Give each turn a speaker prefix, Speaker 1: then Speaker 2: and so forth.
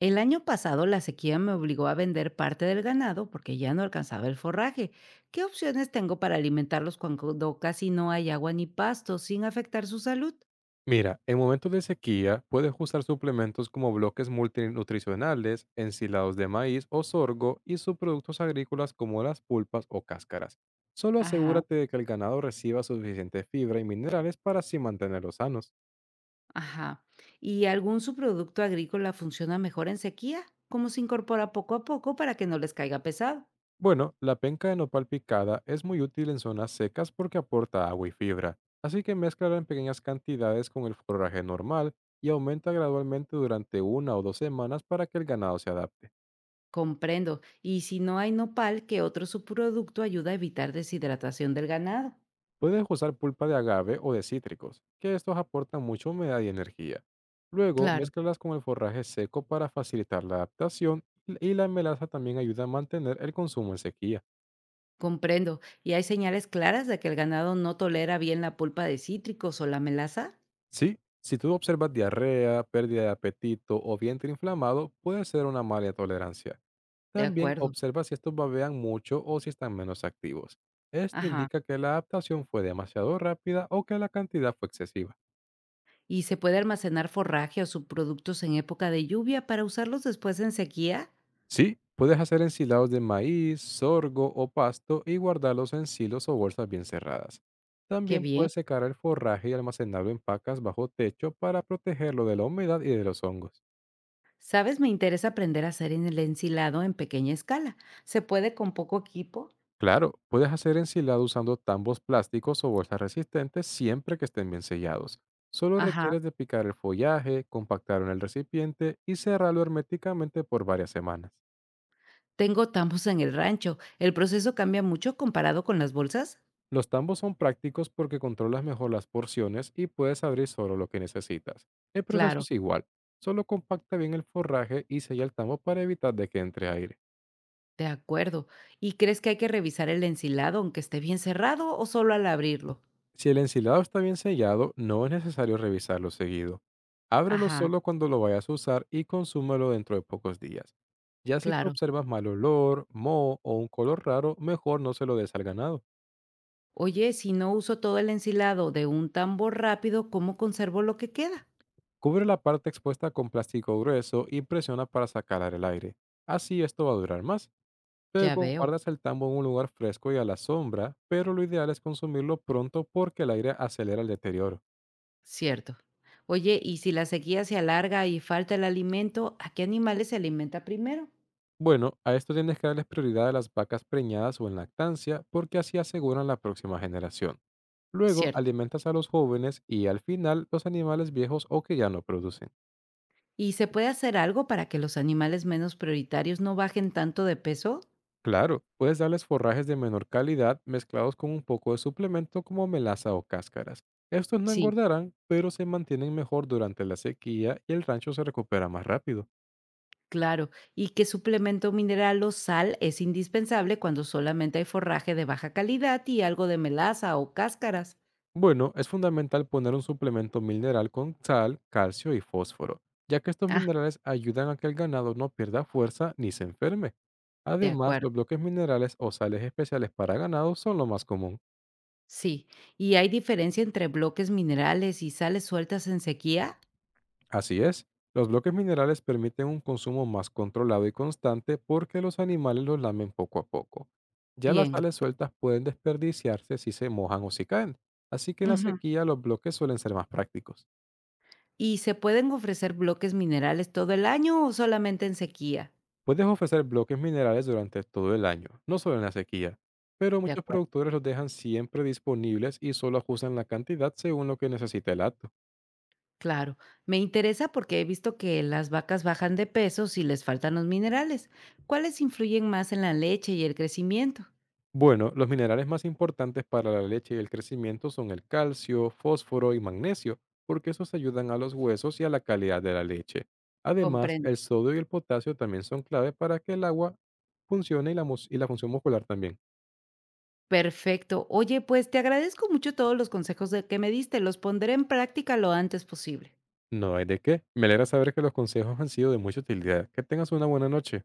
Speaker 1: El año pasado la sequía me obligó a vender parte del ganado porque ya no alcanzaba el forraje. ¿Qué opciones tengo para alimentarlos cuando casi no hay agua ni pasto sin afectar su salud?
Speaker 2: Mira, en momentos de sequía puedes usar suplementos como bloques multinutricionales, ensilados de maíz o sorgo y subproductos agrícolas como las pulpas o cáscaras. Solo
Speaker 1: Ajá,
Speaker 2: asegúrate de que el ganado reciba suficiente fibra y minerales para así mantenerlos sanos.
Speaker 1: ajá. ¿Y algún subproducto agrícola funciona mejor en sequía? ¿Cómo se incorpora poco a poco para que no les caiga pesado?
Speaker 2: Bueno, la penca de nopal picada es muy útil en zonas secas porque aporta agua y fibra, así que mézclala en pequeñas cantidades con el forraje normal y aumenta gradualmente durante una o dos semanas para que el ganado se adapte.
Speaker 1: Comprendo. Y si no hay nopal, ¿qué otro subproducto ayuda a evitar deshidratación del ganado?
Speaker 2: Puedes usar pulpa de agave o de cítricos, que estos aportan mucha humedad y energía. Luego,
Speaker 1: Claro.
Speaker 2: mézclalas con el forraje seco para facilitar la adaptación y la melaza también ayuda a mantener el consumo en sequía.
Speaker 1: Comprendo. ¿Y hay señales claras de que el ganado no tolera bien la pulpa de cítricos o la melaza?
Speaker 2: Sí, si tú observas diarrea, pérdida de apetito o vientre inflamado, puede ser una mala tolerancia.
Speaker 1: De
Speaker 2: También
Speaker 1: acuerdo.
Speaker 2: observa si estos babean mucho o si están menos activos. Esto
Speaker 1: Ajá.
Speaker 2: indica que la adaptación fue demasiado rápida o que la cantidad fue excesiva.
Speaker 1: ¿Y se puede almacenar forraje o subproductos en época de lluvia para usarlos después en sequía?
Speaker 2: Sí, puedes hacer ensilados de maíz, sorgo o pasto y guardarlos en silos o bolsas bien cerradas.
Speaker 1: Qué
Speaker 2: También
Speaker 1: bien.
Speaker 2: puedes secar el forraje y almacenarlo en pacas bajo techo para protegerlo de la humedad y de los hongos.
Speaker 1: ¿Sabes? Me interesa aprender a hacer en el ensilado en pequeña escala. ¿Se puede con poco equipo?
Speaker 2: Claro, puedes hacer ensilado usando tambos plásticos o bolsas resistentes siempre que estén bien sellados. Solo
Speaker 1: Ajá.
Speaker 2: requieres de picar el follaje, compactarlo en el recipiente y cerrarlo herméticamente por varias semanas.
Speaker 1: Tengo tambos en el rancho. ¿El proceso cambia mucho comparado con las bolsas?
Speaker 2: Los tambos son prácticos porque controlas mejor las porciones y puedes abrir solo lo que necesitas. El proceso
Speaker 1: Claro,
Speaker 2: es igual, solo compacta bien el forraje y sella el tambo para evitar de que entre aire.
Speaker 1: de acuerdo. ¿Y crees que hay que revisar el ensilado aunque esté bien cerrado o solo al abrirlo?
Speaker 2: Si el ensilado está bien sellado, no es necesario revisarlo seguido. Ábrelo
Speaker 1: Ajá.
Speaker 2: solo cuando lo vayas a usar y consúmelo dentro de pocos días. Ya si tú
Speaker 1: Claro.
Speaker 2: observas mal olor, moho o un color raro, mejor no se lo des al ganado.
Speaker 1: Oye, si no uso todo el ensilado de un tambor rápido, ¿cómo conservo lo que queda?
Speaker 2: Cubre la parte expuesta con plástico grueso y presiona para sacar el aire. Así esto va a durar más.
Speaker 1: Ya
Speaker 2: Luego,
Speaker 1: veo,
Speaker 2: guardas el tambo en un lugar fresco y a la sombra, pero lo ideal es consumirlo pronto porque el aire acelera el deterioro.
Speaker 1: cierto. Oye, y si la sequía se alarga y falta el alimento, ¿a qué animales se alimenta primero?
Speaker 2: Bueno, a esto tienes que darles prioridad a las vacas preñadas o en lactancia porque así aseguran la próxima generación. Luego,
Speaker 1: Cierto.
Speaker 2: alimentas a los jóvenes y al final los animales viejos o que ya no producen.
Speaker 1: ¿Y se puede hacer algo para que los animales menos prioritarios no bajen tanto de peso?
Speaker 2: Claro, puedes darles forrajes de menor calidad mezclados con un poco de suplemento como melaza o cáscaras. Estos no
Speaker 1: Sí,
Speaker 2: engordarán, pero se mantienen mejor durante la sequía y el rancho se recupera más rápido.
Speaker 1: claro. ¿Y qué suplemento mineral o sal es indispensable cuando solamente hay forraje de baja calidad y algo de melaza o cáscaras?
Speaker 2: Bueno, es fundamental poner un suplemento mineral con sal, calcio y fósforo, ya que estos
Speaker 1: Ah,
Speaker 2: minerales ayudan a que el ganado no pierda fuerza ni se enferme.
Speaker 1: de
Speaker 2: Además,
Speaker 1: acuerdo.
Speaker 2: los bloques minerales o sales especiales para ganado son lo más común.
Speaker 1: Sí, ¿y hay diferencia entre bloques minerales y sales sueltas en sequía?
Speaker 2: Así es, los bloques minerales permiten un consumo más controlado y constante porque los animales los lamen poco a poco. Ya las
Speaker 1: Bien.
Speaker 2: sales sueltas pueden desperdiciarse si se mojan o si caen, así que en la
Speaker 1: Ujú.
Speaker 2: sequía los bloques suelen ser más prácticos.
Speaker 1: ¿Y se pueden ofrecer bloques minerales todo el año o solamente en sequía?
Speaker 2: Puedes ofrecer bloques minerales durante todo el año, no solo en la sequía, pero
Speaker 1: De
Speaker 2: muchos
Speaker 1: acuerdo.
Speaker 2: productores los dejan siempre disponibles y solo ajustan la cantidad según lo que necesita el acto.
Speaker 1: Claro, me interesa porque he visto que las vacas bajan de peso si les faltan los minerales. ¿Cuáles influyen más en la leche y el crecimiento?
Speaker 2: Bueno, los minerales más importantes para la leche y el crecimiento son el calcio, fósforo y magnesio, porque esos ayudan a los huesos y a la calidad de la leche. Además,
Speaker 1: Comprendo.
Speaker 2: el sodio y el potasio también son clave para que el agua funcione y y la función muscular también.
Speaker 1: Perfecto. Oye, pues te agradezco mucho todos los consejos que me diste. Los pondré en práctica lo antes posible.
Speaker 2: No hay de qué. Me alegra saber que los consejos han sido de mucha utilidad. Que tengas una buena noche.